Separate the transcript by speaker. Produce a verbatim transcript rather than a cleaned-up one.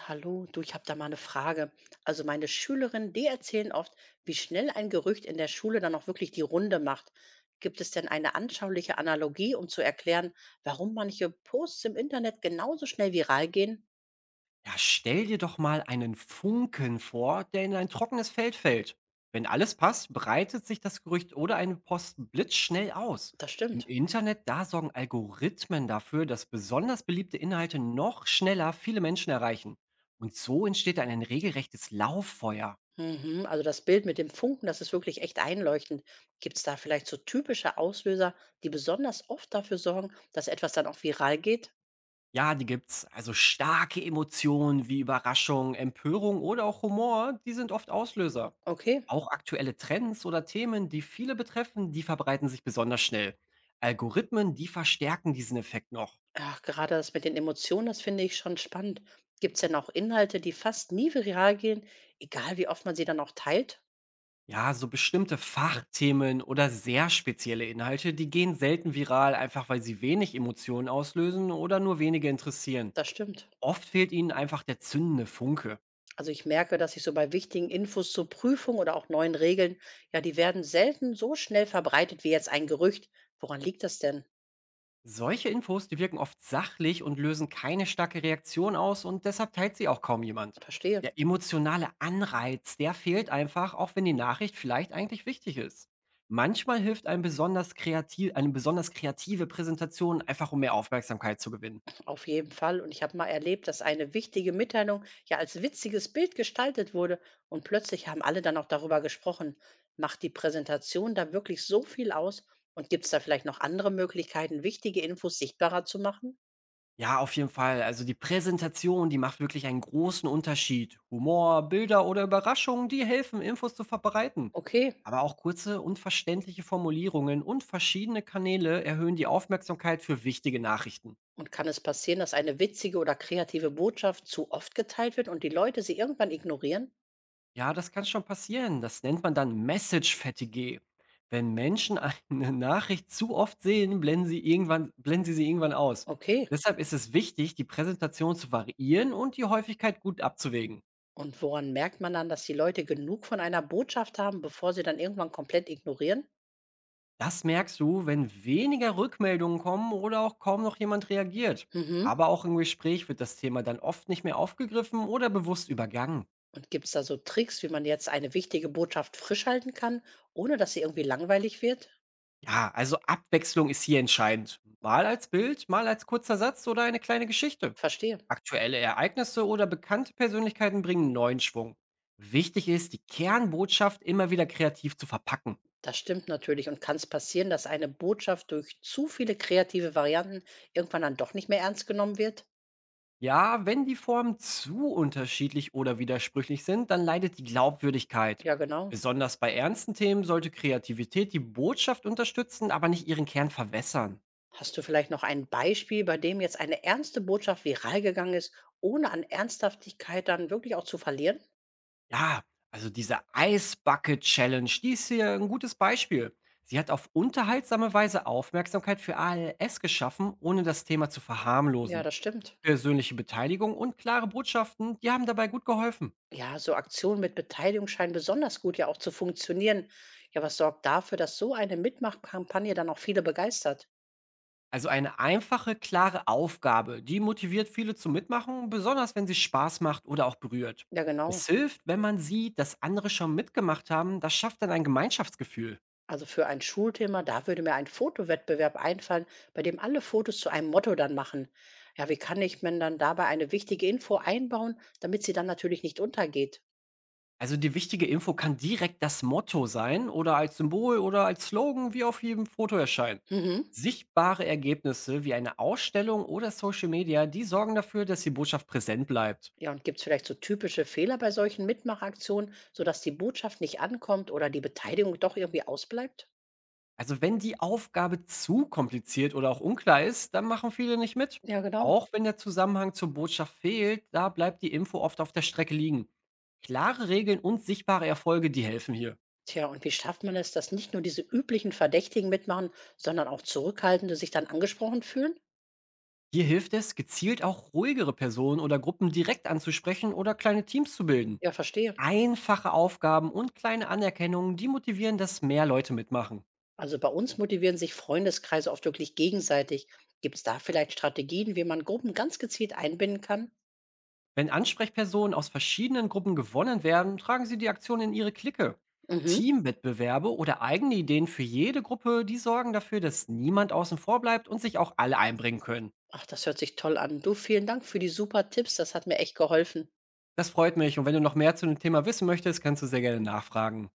Speaker 1: Hallo, du, ich habe da mal eine Frage. Also meine Schülerinnen, die erzählen oft, wie schnell ein Gerücht in der Schule dann auch wirklich die Runde macht. Gibt es denn eine anschauliche Analogie, um zu erklären, warum manche Posts im Internet genauso schnell viral gehen?
Speaker 2: Ja, stell dir doch mal einen Funken vor, der in ein trockenes Feld fällt. Wenn alles passt, breitet sich das Gerücht oder eine Post blitzschnell aus.
Speaker 1: Das
Speaker 2: Im
Speaker 1: stimmt.
Speaker 2: Internet, da sorgen Algorithmen dafür, dass besonders beliebte Inhalte noch schneller viele Menschen erreichen. Und so entsteht dann ein regelrechtes Lauffeuer.
Speaker 1: Mhm, also das Bild mit dem Funken, das ist wirklich echt einleuchtend. Gibt es da vielleicht so typische Auslöser, die besonders oft dafür sorgen, dass etwas dann auch viral geht?
Speaker 2: Ja, die gibt's. Also starke Emotionen wie Überraschung, Empörung oder auch Humor, die sind oft Auslöser.
Speaker 1: Okay.
Speaker 2: Auch aktuelle Trends oder Themen, die viele betreffen, die verbreiten sich besonders schnell. Algorithmen, die verstärken diesen Effekt noch.
Speaker 1: Ach, gerade das mit den Emotionen, das finde ich schon spannend. Gibt es denn auch Inhalte, die fast nie viral gehen, egal wie oft man sie dann auch teilt?
Speaker 2: Ja, so bestimmte Fachthemen oder sehr spezielle Inhalte, die gehen selten viral, einfach weil sie wenig Emotionen auslösen oder nur wenige interessieren.
Speaker 1: Das stimmt.
Speaker 2: Oft fehlt ihnen einfach der zündende Funke.
Speaker 1: Also ich merke, dass ich so bei wichtigen Infos zur Prüfung oder auch neuen Regeln, ja, die werden selten so schnell verbreitet wie jetzt ein Gerücht. Woran liegt das denn?
Speaker 2: Solche Infos, die wirken oft sachlich und lösen keine starke Reaktion aus und deshalb teilt sie auch kaum jemand.
Speaker 1: Verstehe.
Speaker 2: Der emotionale Anreiz, der fehlt einfach, auch wenn die Nachricht vielleicht eigentlich wichtig ist. Manchmal hilft ein besonders kreativ, eine besonders kreative Präsentation einfach, um mehr Aufmerksamkeit zu gewinnen.
Speaker 1: Auf jeden Fall. Und ich habe mal erlebt, dass eine wichtige Mitteilung ja als witziges Bild gestaltet wurde und plötzlich haben alle dann auch darüber gesprochen. Macht die Präsentation da wirklich so viel aus und gibt es da vielleicht noch andere Möglichkeiten, wichtige Infos sichtbarer zu machen?
Speaker 2: Ja, auf jeden Fall. Also die Präsentation, die macht wirklich einen großen Unterschied. Humor, Bilder oder Überraschungen, die helfen, Infos zu verbreiten.
Speaker 1: Okay.
Speaker 2: Aber auch kurze und verständliche Formulierungen und verschiedene Kanäle erhöhen die Aufmerksamkeit für wichtige Nachrichten.
Speaker 1: Und kann es passieren, dass eine witzige oder kreative Botschaft zu oft geteilt wird und die Leute sie irgendwann ignorieren?
Speaker 2: Ja, das kann schon passieren. Das nennt man dann Message-Fatigue. Wenn Menschen eine Nachricht zu oft sehen, blenden sie, irgendwann, blenden sie sie irgendwann aus.
Speaker 1: Okay.
Speaker 2: Deshalb ist es wichtig, die Präsentation zu variieren und die Häufigkeit gut abzuwägen.
Speaker 1: Und woran merkt man dann, dass die Leute genug von einer Botschaft haben, bevor sie dann irgendwann komplett ignorieren?
Speaker 2: Das merkst du, wenn weniger Rückmeldungen kommen oder auch kaum noch jemand reagiert.
Speaker 1: Mhm.
Speaker 2: Aber auch im Gespräch wird das Thema dann oft nicht mehr aufgegriffen oder bewusst übergangen.
Speaker 1: Und gibt's da so Tricks, wie man jetzt eine wichtige Botschaft frisch halten kann, ohne dass sie irgendwie langweilig wird?
Speaker 2: Ja, also Abwechslung ist hier entscheidend. Mal als Bild, mal als kurzer Satz oder eine kleine Geschichte.
Speaker 1: Verstehe.
Speaker 2: Aktuelle Ereignisse oder bekannte Persönlichkeiten bringen neuen Schwung. Wichtig ist, die Kernbotschaft immer wieder kreativ zu verpacken.
Speaker 1: Das stimmt natürlich und kann es passieren, dass eine Botschaft durch zu viele kreative Varianten irgendwann dann doch nicht mehr ernst genommen wird?
Speaker 2: Ja, wenn die Formen zu unterschiedlich oder widersprüchlich sind, dann leidet die Glaubwürdigkeit.
Speaker 1: Ja, genau.
Speaker 2: Besonders bei ernsten Themen sollte Kreativität die Botschaft unterstützen, aber nicht ihren Kern verwässern.
Speaker 1: Hast du vielleicht noch ein Beispiel, bei dem jetzt eine ernste Botschaft viral gegangen ist, ohne an Ernsthaftigkeit dann wirklich auch zu verlieren?
Speaker 2: Ja, also diese Eisbucket-Challenge, die ist hier ein gutes Beispiel. Sie hat auf unterhaltsame Weise Aufmerksamkeit für A L S geschaffen, ohne das Thema zu
Speaker 1: Ja,
Speaker 2: verharmlosen.
Speaker 1: das stimmt.
Speaker 2: Persönliche Beteiligung und klare Botschaften, die haben dabei gut geholfen.
Speaker 1: Ja, so Aktionen mit Beteiligung scheinen besonders gut ja auch zu funktionieren. Ja, was sorgt dafür, dass so eine Mitmachkampagne dann auch viele begeistert?
Speaker 2: Also eine einfache, klare Aufgabe, die motiviert viele zum Mitmachen, besonders wenn sie Spaß macht oder auch berührt.
Speaker 1: Ja, genau.
Speaker 2: Es hilft, wenn man sieht, dass andere schon mitgemacht haben, das schafft dann ein Gemeinschaftsgefühl.
Speaker 1: Also für ein Schulthema, da würde mir ein Fotowettbewerb einfallen, bei dem alle Fotos zu einem Motto dann machen. Ja, wie kann ich mir dann dabei eine wichtige Info einbauen, damit sie dann natürlich nicht untergeht?
Speaker 2: Also die wichtige Info kann direkt das Motto sein oder als Symbol oder als Slogan, wie auf jedem Foto erscheint.
Speaker 1: Mhm.
Speaker 2: Sichtbare Ergebnisse wie eine Ausstellung oder Social Media, die sorgen dafür, dass die Botschaft präsent bleibt.
Speaker 1: Ja, und gibt es vielleicht so typische Fehler bei solchen Mitmachaktionen, sodass die Botschaft nicht ankommt oder die Beteiligung doch irgendwie ausbleibt?
Speaker 2: Also, wenn die Aufgabe zu kompliziert oder auch unklar ist, dann machen viele nicht mit.
Speaker 1: Ja, genau.
Speaker 2: Auch wenn der Zusammenhang zur Botschaft fehlt, da bleibt die Info oft auf der Strecke liegen. Klare Regeln und sichtbare Erfolge, die helfen hier.
Speaker 1: Tja, und wie schafft man es, dass nicht nur diese üblichen Verdächtigen mitmachen, sondern auch Zurückhaltende sich dann angesprochen fühlen?
Speaker 2: Hier hilft es, gezielt auch ruhigere Personen oder Gruppen direkt anzusprechen oder kleine Teams zu bilden.
Speaker 1: Ja, verstehe.
Speaker 2: Einfache Aufgaben und kleine Anerkennungen, die motivieren, dass mehr Leute mitmachen.
Speaker 1: Also bei uns motivieren sich Freundeskreise oft wirklich gegenseitig. Gibt es da vielleicht Strategien, wie man Gruppen ganz gezielt einbinden kann?
Speaker 2: Wenn Ansprechpersonen aus verschiedenen Gruppen gewonnen werden, tragen sie die Aktion in ihre Clique.
Speaker 1: Mhm.
Speaker 2: Teamwettbewerbe oder eigene Ideen für jede Gruppe, die sorgen dafür, dass niemand außen vor bleibt und sich auch alle einbringen können.
Speaker 1: Ach, das hört sich toll an. Du, vielen Dank für die super Tipps. Das hat mir echt geholfen.
Speaker 2: Das freut mich und wenn du noch mehr zu dem Thema wissen möchtest, kannst du sehr gerne nachfragen.